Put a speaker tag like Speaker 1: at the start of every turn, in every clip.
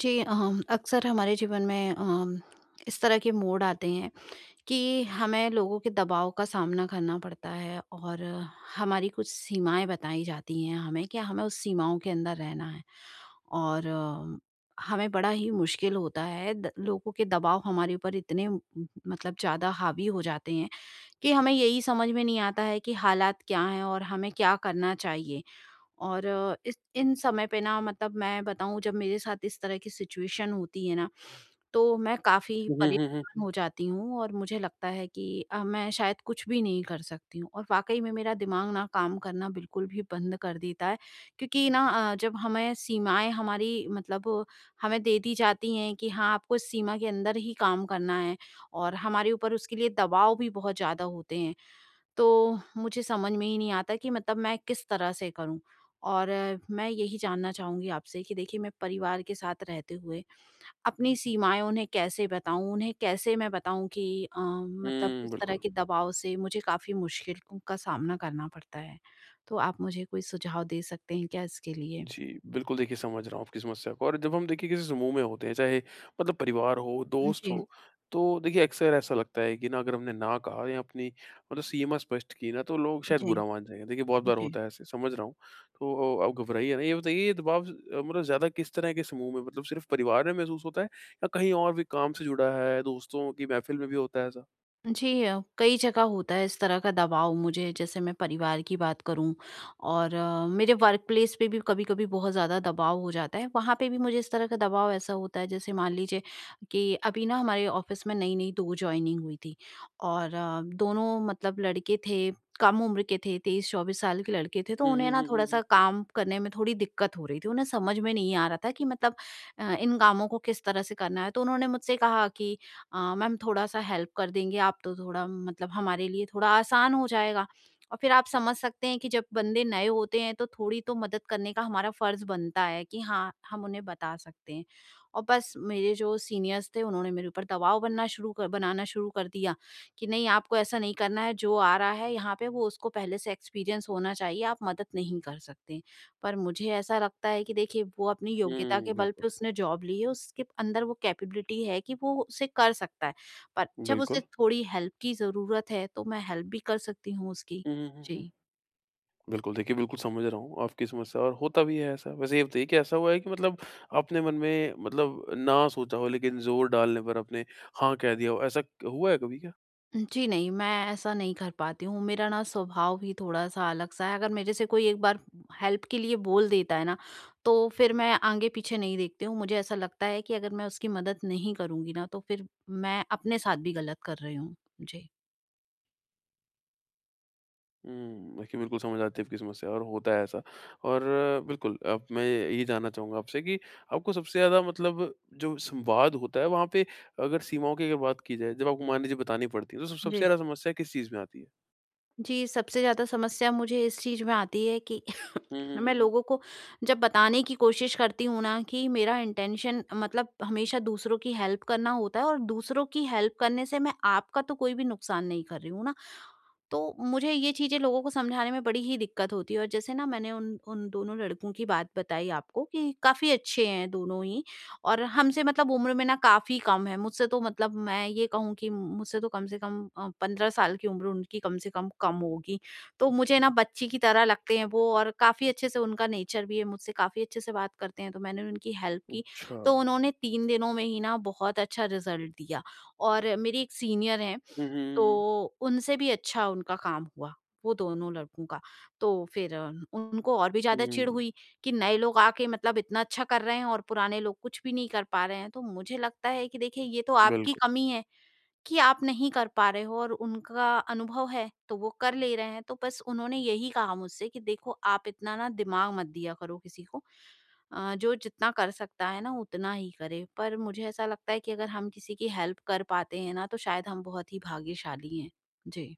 Speaker 1: जी। अक्सर हमारे जीवन में इस तरह के मोड़ आते हैं कि हमें लोगों के दबाव का सामना करना पड़ता है, और हमारी कुछ सीमाएं बताई जाती हैं हमें कि हमें उस सीमाओं के अंदर रहना है। और हमें बड़ा ही मुश्किल होता है। लोगों के दबाव हमारे ऊपर इतने, मतलब ज़्यादा हावी हो जाते हैं कि हमें यही समझ में नहीं आता है कि हालात क्या हैं और हमें क्या करना चाहिए। और इस इन समय पे ना मतलब मैं बताऊँ, जब मेरे साथ इस तरह की सिचुएशन होती है ना, तो मैं काफ़ी
Speaker 2: हुँ, हुँ,
Speaker 1: परेशान
Speaker 2: हुँ, हुँ।
Speaker 1: हो जाती हूँ और मुझे लगता है कि मैं शायद कुछ भी नहीं कर सकती हूँ, और वाक़ई में मेरा दिमाग ना काम करना बिल्कुल भी बंद कर देता है। क्योंकि ना जब हमें सीमाएँ हमारी मतलब हमें दे दी जाती हैं कि हाँ, आपको इस सीमा के अंदर ही काम करना है, और हमारे ऊपर उसके लिए दबाव भी बहुत ज़्यादा होते हैं। तो मुझे समझ में ही नहीं आता कि मतलब मैं किस तरह से करूँ? और मैं यही जानना चाहूँगी आपसे कि देखिए, मैं परिवार के साथ रहते हुए अपनी सीमाएँ उन्हें कैसे बताऊँ? उन्हें कैसे मैं बताऊँ कि मतलब
Speaker 2: हुँ,
Speaker 1: इस तरह
Speaker 2: बिल्कुल।
Speaker 1: के दबाव से मुझे काफ़ी मुश्किल को का सामना करना पड़ता है। तो आप मुझे कोई सुझाव दे सकते हैं क्या इसके लिए?
Speaker 2: जी, बिल्कुल देखिए समझ रहा हूँ आपकी समस्या को और जब हम देखिए किसी समूह में होते हैं, चाहे मतलब परिवार हो, दोस्त
Speaker 1: जी,
Speaker 2: हो, तो देखिए अक्सर ऐसा लगता है कि ना अगर हमने ना कहा या अपनी मतलब सीमा स्पष्ट की ना, तो लोग शायद
Speaker 1: जी,
Speaker 2: बुरा मान जाएँगे। देखिए बहुत बार
Speaker 1: जी।
Speaker 2: होता है ऐसे, समझ रहा हूँ। तो आप घबराइए नहीं। ये बताइए ये दबाव मतलब ज़्यादा किस तरह के समूह में मतलब सिर्फ़ परिवार में महसूस होता है या कहीं और भी काम से जुड़ा है, दोस्तों की महफ़िल में भी होता है ऐसा?
Speaker 1: जी, कई जगह होता है इस तरह का दबाव मुझे। जैसे मैं परिवार की बात करूँ, और मेरे वर्क प्लेस पे भी कभी-कभी बहुत ज़्यादा दबाव हो जाता है। वहाँ पे भी मुझे इस तरह का दबाव ऐसा होता है, जैसे मान लीजिए कि अभी ना हमारे ऑफ़िस में नई-नई 2 जॉइनिंग हुई थी, और दोनों मतलब लड़के थे, कम उम्र के थे, 23-24 साल के लड़के थे। तो
Speaker 2: हुँ, हुँ,
Speaker 1: उन्हें ना
Speaker 2: हुँ, हुँ,
Speaker 1: थोड़ा-सा
Speaker 2: हुँ।
Speaker 1: काम करने में थोड़ी दिक्कत हो रही थी। उन्हें समझ में नहीं आ रहा था कि मतलब इन कामों को किस तरह से करना है। तो उन्होंने मुझसे कहा कि मैम, थोड़ा-सा हेल्प कर देंगे आप तो थोड़ा मतलब हमारे लिए थोड़ा आसान हो जाएगा। और फिर आप समझ सकते हैं कि जब बंदे नए होते हैं तो थोड़ी तो मदद करने का हमारा फ़र्ज़ बनता है कि हाँ, हम उन्हें बता सकते हैं। और बस मेरे जो सीनियर्स थे, उन्होंने मेरे ऊपर दबाव बनना शुरू कर बनाना शुरू कर दिया कि नहीं, आपको ऐसा नहीं करना है। जो आ रहा है यहाँ पे वो उसको पहले से एक्सपीरियंस होना चाहिए, आप मदद नहीं कर सकते। पर मुझे ऐसा लगता है कि देखिए, वो अपनी योग्यता
Speaker 2: हुँ,
Speaker 1: के बल पे
Speaker 2: बिल्कुल,
Speaker 1: उसने जॉब ली है, उसके अंदर वो कैपेबिलिटी है कि वो उसे कर सकता है। पर जब उसे
Speaker 2: बिल्कुल।
Speaker 1: थोड़ी हेल्प की ज़रूरत है तो मैं हेल्प भी कर सकती हूँ उसकी।
Speaker 2: हुँ, हुँ, हुँ, हुँ।
Speaker 1: जी।
Speaker 2: बिल्कुल, देखिए बिल्कुल समझ रहा हूँ आपकी समस्या और होता भी है ऐसा। वैसे ये बताइए कि ऐसा हुआ है कि मतलब आपने मन में मतलब ना सोचा हो लेकिन ज़ोर डालने पर आपने हाँ कह दिया हो, ऐसा हुआ है कभी क्या?
Speaker 1: जी नहीं, मैं ऐसा नहीं कर पाती हूँ। मेरा ना स्वभाव ही थोड़ा-सा अलग-सा है। अगर मेरे से कोई एक बार हेल्प के लिए बोल देता है ना, तो फिर मैं आगे-पीछे नहीं देखती हूँ। मुझे ऐसा लगता है कि अगर मैं उसकी मदद नहीं करूँगी ना, तो फिर मैं अपने साथ भी गलत कर रही हूँ। जी।
Speaker 2: हुँ, देखिए बिल्कुल समझ आती है आपकी समस्या और होता है ऐसा। और बिल्कुल अब मैं ये जानना चाहूँगा आपसे कि आपको सबसे ज़्यादा मतलब जो संवाद होता है वहाँ पे अगर सीमाओं की अगर बात की जाए, जब आपको मान लीजिए बतानी पड़ती है तो सब सबसे
Speaker 1: जी।
Speaker 2: ज़्यादा समस्या किस चीज़ में आती है?
Speaker 1: जी, सबसे ज़्यादा समस्या मुझे इस चीज़ में आती है कि
Speaker 2: हुँ, हुँ,
Speaker 1: मैं
Speaker 2: हुँ, हुँ।
Speaker 1: लोगों को जब बताने की कोशिश करती हूँ ना कि मेरा इंटेंशन मतलब हमेशा दूसरों की हेल्प करना होता है, और दूसरों की हेल्प करने से मैं आपका तो कोई भी नुकसान नहीं कर रही हूँ ना। तो मुझे ये चीज़ें लोगों को समझाने में बड़ी ही दिक्कत होती है। और जैसे ना, मैंने उन उन दोनों लड़कों की बात बताई आपको कि काफ़ी अच्छे हैं दोनों ही, और हमसे मतलब उम्र में ना काफ़ी कम है मुझसे। तो मतलब मैं ये कहूँ कि मुझसे तो कम से कम 15 साल की उम्र उनकी कम से कम कम होगी। तो मुझे ना बच्ची की तरह लगते हैं वो, और काफ़ी अच्छे से उनका नेचर भी है, मुझसे काफ़ी अच्छे से बात करते हैं। तो मैंने उनकी हेल्प की,
Speaker 2: अच्छा।
Speaker 1: तो उन्होंने 3 दिनों में ही ना बहुत अच्छा रिजल्ट दिया। और मेरी एक सीनियर है,
Speaker 2: हुँ, हुँ,
Speaker 1: तो
Speaker 2: हुँ, हुँ।
Speaker 1: उनसे भी अच्छा उनका काम हुआ, वो दोनों लड़कों का। तो फिर उनको और भी ज़्यादा चिढ़
Speaker 2: हुँ,
Speaker 1: हुई कि नए लोग आके मतलब इतना अच्छा कर रहे हैं और पुराने लोग कुछ भी नहीं कर पा रहे हैं। तो मुझे लगता है कि देखिए, ये तो आपकी
Speaker 2: बिल्कुल।
Speaker 1: कमी है कि आप नहीं कर पा रहे हो, और उनका अनुभव है तो वो कर ले रहे हैं। तो बस उन्होंने यही कहा मुझसे कि देखो, आप इतना ना दिमाग मत दिया करो किसी को। जो जितना कर सकता है ना, उतना ही करे। पर मुझे ऐसा लगता है कि अगर हम किसी की हेल्प कर पाते हैं ना, तो शायद हम बहुत ही भाग्यशाली हैं। जी।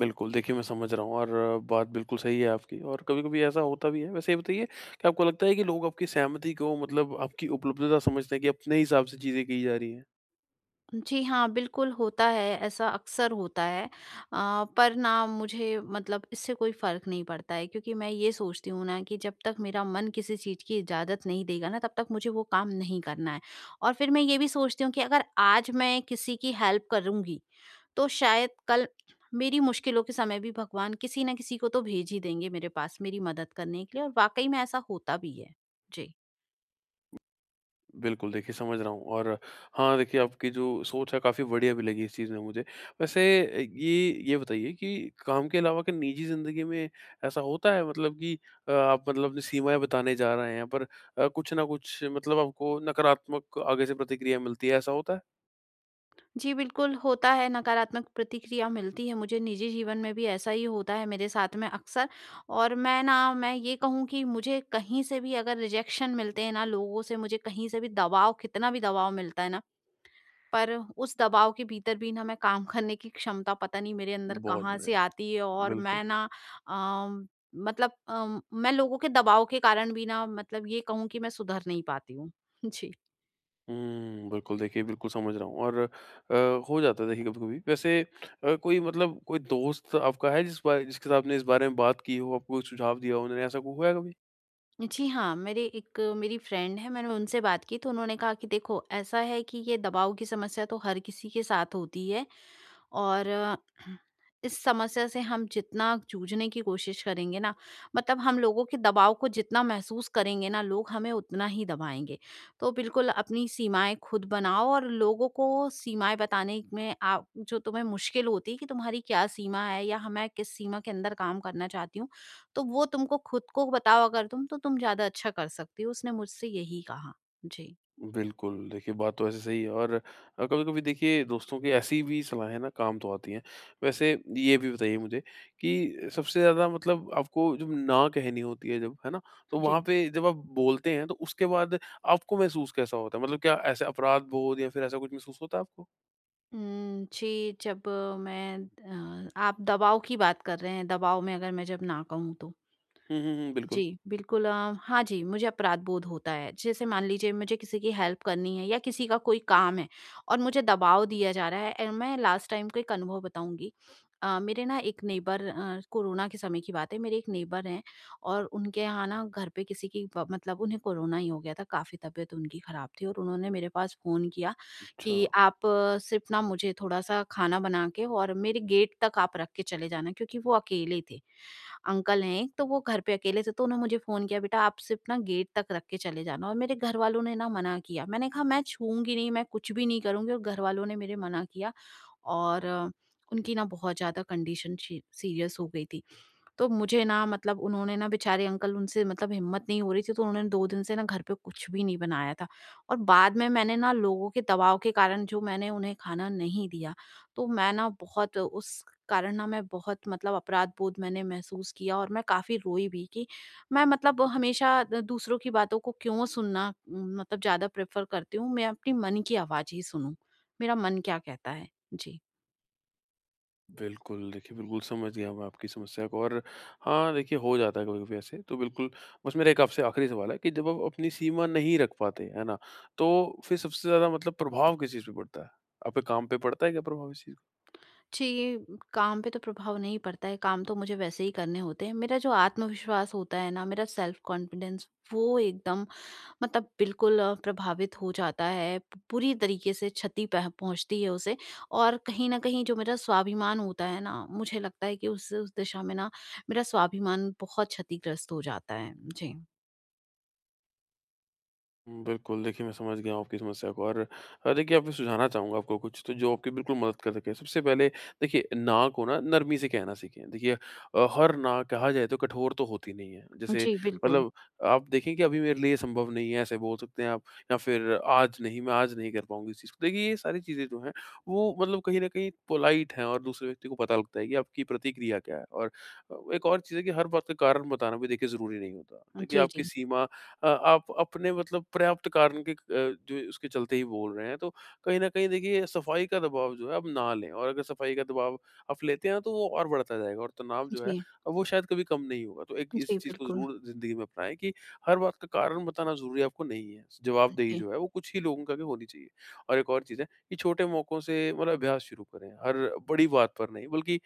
Speaker 2: बिल्कुल, देखिए मैं समझ रहा हूँ और बात बिल्कुल सही है आपकी और कभी-कभी ऐसा होता भी है। वैसे ये बताइए कि आपको लगता है कि लोग आपकी सहमति को मतलब आपकी उपलब्धता समझते हैं कि अपने हिसाब से चीज़ें की जा रही हैं?
Speaker 1: जी हाँ, बिल्कुल होता है, ऐसा अक्सर होता है। पर ना मुझे मतलब इससे कोई फ़र्क नहीं पड़ता है, क्योंकि मैं ये सोचती हूँ ना कि जब तक मेरा मन किसी चीज़ की इजाज़त नहीं देगा ना, तब तक मुझे वो काम नहीं करना है। और फिर मैं ये भी सोचती हूँ कि अगर आज मैं किसी की हेल्प करूँगी, तो शायद कल मेरी मुश्किलों के समय भी भगवान किसी न किसी को तो भेज ही देंगे मेरे पास मेरी मदद करने के लिए, और वाक़ई में ऐसा होता भी है। जी।
Speaker 2: बिल्कुल, देखिए समझ रहा हूँ और हाँ, देखिए आपकी जो सोच है काफ़ी बढ़िया भी लगी इस चीज़ में मुझे। वैसे ये बताइए कि काम के अलावा क्या निजी ज़िंदगी में ऐसा होता है मतलब कि आप मतलब अपनी सीमाएँ बताने जा रहे हैं पर कुछ ना कुछ मतलब आपको नकारात्मक आगे से प्रतिक्रिया मिलती है, ऐसा होता है?
Speaker 1: जी, बिल्कुल होता है, नकारात्मक प्रतिक्रिया मिलती है मुझे। निजी जीवन में भी ऐसा ही होता है मेरे साथ में अक्सर, और मैं ये कहूँ कि मुझे कहीं से भी अगर रिजेक्शन मिलते हैं ना लोगों से, मुझे कहीं से भी दबाव, कितना भी दबाव मिलता है ना, पर उस दबाव के भीतर भी ना मैं काम करने की क्षमता पता नहीं मेरे अंदर
Speaker 2: बहुत
Speaker 1: कहाँ से
Speaker 2: बढ़िया,
Speaker 1: आती है, और
Speaker 2: बिल्कुल।
Speaker 1: मैं ना अम, मतलब मैं लोगों के दबाव के कारण भी ना मतलब ये कहूँ कि मैं सुधर नहीं पाती हूँ। जी।
Speaker 2: हुँ, बिल्कुल देखिए बिल्कुल समझ रहा हूँ और अ, हो जाता है देखिए कभी-कभी। वैसे कोई मतलब कोई दोस्त आपका है जिसके साथ आपने इस बारे में बात की हो, आपको कोई सुझाव दिया हो उन्होंने, ऐसा कुछ हुआ है कभी?
Speaker 1: जी हाँ, मेरे एक मेरी फ्रेंड है, मैंने उनसे बात की तो उन्होंने कहा कि देखो, ऐसा है कि ये दबाव की समस्या तो हर किसी के साथ होती है और इस समस्या से हम जितना जूझने की कोशिश करेंगे ना, मतलब हम लोगों के दबाव को जितना महसूस करेंगे ना, लोग हमें उतना ही दबाएंगे। तो बिल्कुल अपनी सीमाएं खुद बनाओ, और लोगों को सीमाएं बताने में आप जो तुम्हें मुश्किल होती है कि तुम्हारी क्या सीमा है या मैं किस सीमा के अंदर काम करना चाहती हूँ, तो वो तुमको खुद को बताओ। अगर तुम, तो तुम ज्यादा अच्छा कर सकती हो। उसने मुझसे यही कहा। जी।
Speaker 2: बिल्कुल, देखिए बात तो वैसे सही है और कभी-कभी देखिए दोस्तों की ऐसी भी सलाहें ना काम तो आती हैं। वैसे ये भी बताइए मुझे कि सबसे ज़्यादा मतलब आपको जब ना कहनी होती है जब, है ना? तो वहाँ
Speaker 1: जी।
Speaker 2: पे जब आप बोलते हैं तो उसके बाद आपको महसूस कैसा होता है? मतलब क्या ऐसे अपराध बोध या फिर ऐसा कुछ महसूस होता है आपको?
Speaker 1: जी। जब मैं आप दबाव की बात कर रहे हैं, दबाव में अगर मैं जब ना कहूँ तो।
Speaker 2: हुँ, हुँ, हुँ, बिल्कुल।
Speaker 1: जी, बिल्कुल। हाँ जी, मुझे अपराध बोध होता है। जैसे मान लीजिए, मुझे किसी की हेल्प करनी है या किसी का कोई काम है और मुझे दबाव दिया जा रहा है, एंड मैं लास्ट टाइम का एक अनुभव बताऊँगी। मेरे ना एक नेबर, कोरोना के समय की बात है, मेरे एक नेबर हैं, और उनके यहाँ ना घर पे किसी की प मतलब उन्हें कोरोना ही हो गया था। काफ़ी तबीयत उनकी ख़राब थी, और उन्होंने मेरे पास फ़ोन किया
Speaker 2: अच्छा,
Speaker 1: कि आप सिर्फ़ ना मुझे थोड़ा-सा खाना बना के और मेरे गेट तक आप रख के चले जाना, क्योंकि वो अकेले थे। अंकल हैं एक, तो वो घर पे अकेले थे, तो उन्होंने मुझे फ़ोन किया, "बेटा, आप सिर्फ़ ना गेट तक रख के चले जाना।" और मेरे घरवालों ने ना मना किया। मैंने कहा, मैं छूऊँगी नहीं, मैं कुछ भी नहीं करूँगी, और घरवालों ने मेरे मना किया। और उनकी ना बहुत ज़्यादा कंडीशन शी सीरियस हो गई थी। तो मुझे ना मतलब उन्होंने ना, बेचारे अंकल, उनसे मतलब हिम्मत नहीं हो रही थी, तो उन्होंने 2 दिन से ना घर पे कुछ भी नहीं बनाया था, और बाद में मैंने ना लोगों के दबाव के कारण जो मैंने उन्हें खाना नहीं दिया, तो मैं ना बहुत उस कारण ना मैं बहुत मतलब अपराध बोध मैंने महसूस किया, और मैं काफ़ी रोई भी कि मैं मतलब हमेशा द दूसरों की बातों को क्यों सुनना, मतलब ज़्यादा प्रेफ़र करती हूँ, मैं अपनी मन की आवाज़ ही सुनूँ। मेरा मन क्या कहता है? जी।
Speaker 2: बिल्कुल। देखिए, बिल्कुल समझ गया मैं आपकी समस्या को और हाँ, देखिए हो जाता है कभी-कभी ऐसे, तो बिल्कुल बस मेरा एक आपसे आखिरी सवाल है कि जब आप अपनी सीमा नहीं रख पाते, है ना? तो फिर सबसे ज़्यादा मतलब प्रभाव किस चीज़ पे पड़ता है? आपके काम पे पड़ता है क्या प्रभाव इस चीज़?
Speaker 1: जी, काम पे तो प्रभाव नहीं पड़ता है, काम तो मुझे वैसे ही करने होते हैं। मेरा जो आत्मविश्वास होता है ना, मेरा सेल्फ कॉन्फिडेंस वो एकदम मतलब बिल्कुल प्रभावित हो जाता है, प पूरी तरीके से क्षति पह पहुँचती है उसे, और कहीं न कहीं जो मेरा स्वाभिमान होता है ना, मुझे लगता है कि उस दिशा में ना मेरा स्वाभिमान बहुत क्षतिग्रस्त हो जाता है। जी।
Speaker 2: हुँ, बिल्कुल, देखिए मैं समझ गया हूँ आपकी समस्या को और देखिए आपको सुझाना चाहूँगा आपको कुछ तो जो आपकी बिल्कुल मदद कर सके। सबसे पहले देखिए ना को ना नरमी से कहना सीखें। देखिए हर ना कहा जाए तो कठोर तो होती नहीं है। जैसे
Speaker 1: जी, बिल्कुल।
Speaker 2: मतलब आप देखें कि अभी मेरे लिए ये संभव नहीं है ऐसे बोल सकते हैं आप या फिर आज नहीं, मैं आज नहीं कर पाऊँगी इस चीज़ को। देखिए ये सारी चीज़ें जो हैं वो मतलब कहीं न कहीं पोलाइट हैं और दूसरे व्यक्ति को पता लगता है कि आपकी प्रतिक्रिया क्या है। और एक और चीज़ है कि हर बात का कारण बताना भी देखिए ज़रूरी नहीं होता। देखिए
Speaker 1: जी,
Speaker 2: आपकी
Speaker 1: जी।
Speaker 2: सीमा आप अपने मतलब पर्याप्त कारण के जो उसके चलते ही बोल रहे हैं। तो कहीं न कहीं देखिए सफाई का दबाव जो है अब ना लें और अगर सफाई का दबाव आप लेते हैं ना तो वो और बढ़ता जाएगा और तनाव जो है
Speaker 1: जी।
Speaker 2: वो शायद कभी कम नहीं होगा। तो एक इस
Speaker 1: जी,
Speaker 2: चीज़ को
Speaker 1: बिल्कुल।
Speaker 2: ज़रूर ज़िंदगी में अपनाएँ कि हर बात का कारण बताना ज़रूरी आपको नहीं है। जवाबदेही
Speaker 1: जी।
Speaker 2: जो है वो कुछ ही लोगों का के आगे होनी चाहिए। और एक और चीज़ है कि छोटे मौकों से मतलब अभ्यास शुरू करें। हर बड़ी बात पर नहीं बल्कि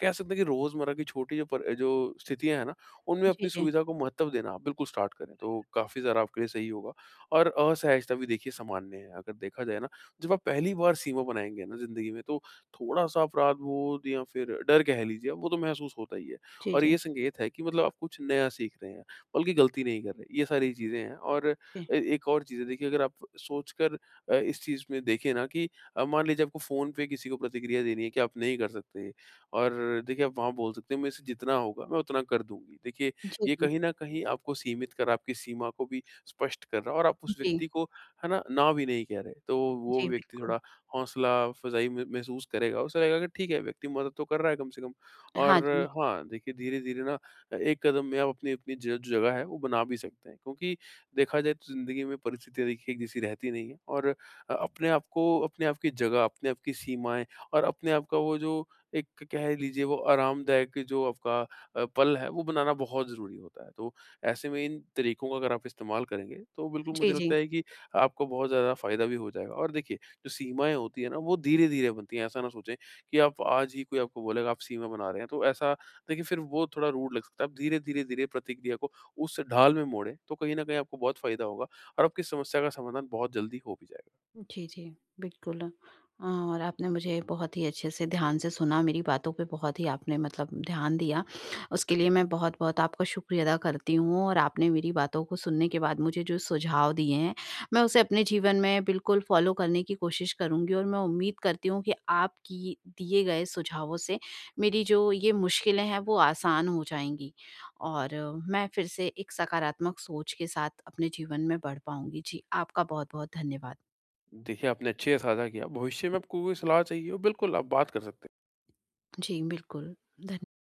Speaker 2: कह सकते हैं कि रोज़मर्रा की छोटी जो पर जो स्थितियाँ हैं ना उनमें अपनी
Speaker 1: जी, जी।
Speaker 2: सुविधा को महत्व देना आप बिल्कुल स्टार्ट करें तो काफ़ी ज़्यादा आपके लिए सही होगा। और असहजता भी देखिए सामान्य है अगर देखा जाए ना, जब आप पहली बार सीमा बनाएँगे ना ज़िंदगी में तो थोड़ा-सा अपराध बोध या फिर डर कह लीजिए वो तो महसूस होता ही है।
Speaker 1: जी,
Speaker 2: और ये
Speaker 1: जी।
Speaker 2: संकेत है कि मतलब आप कुछ नया सीख रहे हैं, बल्कि गलती नहीं कर रहे, ये सारी चीज़ें हैं। और
Speaker 1: जी।
Speaker 2: ए एक और चीज़ है देखिए, अगर आप सोचकर इस चीज़ में देखें ना कि मान लीजिए आपको फ़ोन पे किसी को प्रतिक्रिया देनी है कि आप नहीं कर सकते और देखिए आप वहाँ बोल सकते हैं मेरे से जितना होगा मैं उतना कर दूँगी। देखिए
Speaker 1: जी,
Speaker 2: ये
Speaker 1: जी।
Speaker 2: कहीं न कहीं आपको सीमित कर रहा है, आपकी सीमा को भी स्पष्ट कर रहा है और आप उस
Speaker 1: जी।
Speaker 2: व्यक्ति को, है ना, ना भी नहीं कह रहे। तो वो
Speaker 1: जी,
Speaker 2: व्यक्ति
Speaker 1: बिल्कुल।
Speaker 2: थोड़ा हौसला फ़ज़ाई मह महसूस करेगा, उसे लगेगा कि ठीक है व्यक्ति मदद तो कर रहा है कम से कम।
Speaker 1: हाँ
Speaker 2: और
Speaker 1: जी।
Speaker 2: हाँ, देखिए धीरे-धीरे ना एक कदम में आप अपनी-अपनी ज जो जगह है वो बना भी सकते हैं। क्योंकि देखा जाए तो ज़िंदगी में परिस्थितियाँ देखिए एक जैसी रहती नहीं है और अपने आप को, अपने आप की जगह, अपने आप की सीमाएँ और अपने आप का वो जो एक कह लीजिए वो आरामदायक जो आपका पल है वो बनाना बहुत ज़रूरी होता है। तो ऐसे में इन तरीकों का अगर आप इस्तेमाल करेंगे तो बिल्कुल
Speaker 1: जी,
Speaker 2: मुझे लगता
Speaker 1: जी।
Speaker 2: है कि आपको बहुत ज़्यादा फ़ायदा भी हो जाएगा। और देखिए जो सीमाएँ होती हैं ना वो धीरे-धीरे बनती हैं। ऐसा ना सोचें कि आप आज ही कोई आपको बोलेगा आप सीमा बना रहे हैं तो ऐसा, देखिए फिर वो थोड़ा रूड लग सकता है। आप धीरे धीरे प्रतिक्रिया को उस ढाल में मोड़ें तो कहीं न कहीं आपको बहुत फ़ायदा होगा और आपकी समस्या का समाधान बहुत जल्दी हो भी जाएगा।
Speaker 1: जी, जी। बिल्कुल। और आपने मुझे बहुत ही अच्छे से ध्यान से सुना, मेरी बातों पे बहुत ही आपने मतलब ध्यान दिया। उसके लिए मैं बहुत-बहुत आपका शुक्रिया अदा करती हूँ, और आपने मेरी बातों को सुनने के बाद मुझे जो सुझाव दिए हैं, मैं उसे अपने जीवन में बिल्कुल फ़ॉलो करने की कोशिश करूँगी, और मैं उम्मीद करती हूँ कि आपकी दिए गए सुझावों से मेरी जो ये मुश्किलें हैं, वो आसान हो जाएँगी, और मैं फिर से एक सकारात्मक सोच के साथ अपने जीवन में बढ़ पाऊँगी। जी, आपका बहुत-बहुत धन्यवाद।
Speaker 2: देखिए आपने अच्छे से साझा किया। भविष्य में आपको कोई सलाह चाहिए हो बिल्कुल आप बात कर सकते हैं।
Speaker 1: जी, बिल्कुल। धन्य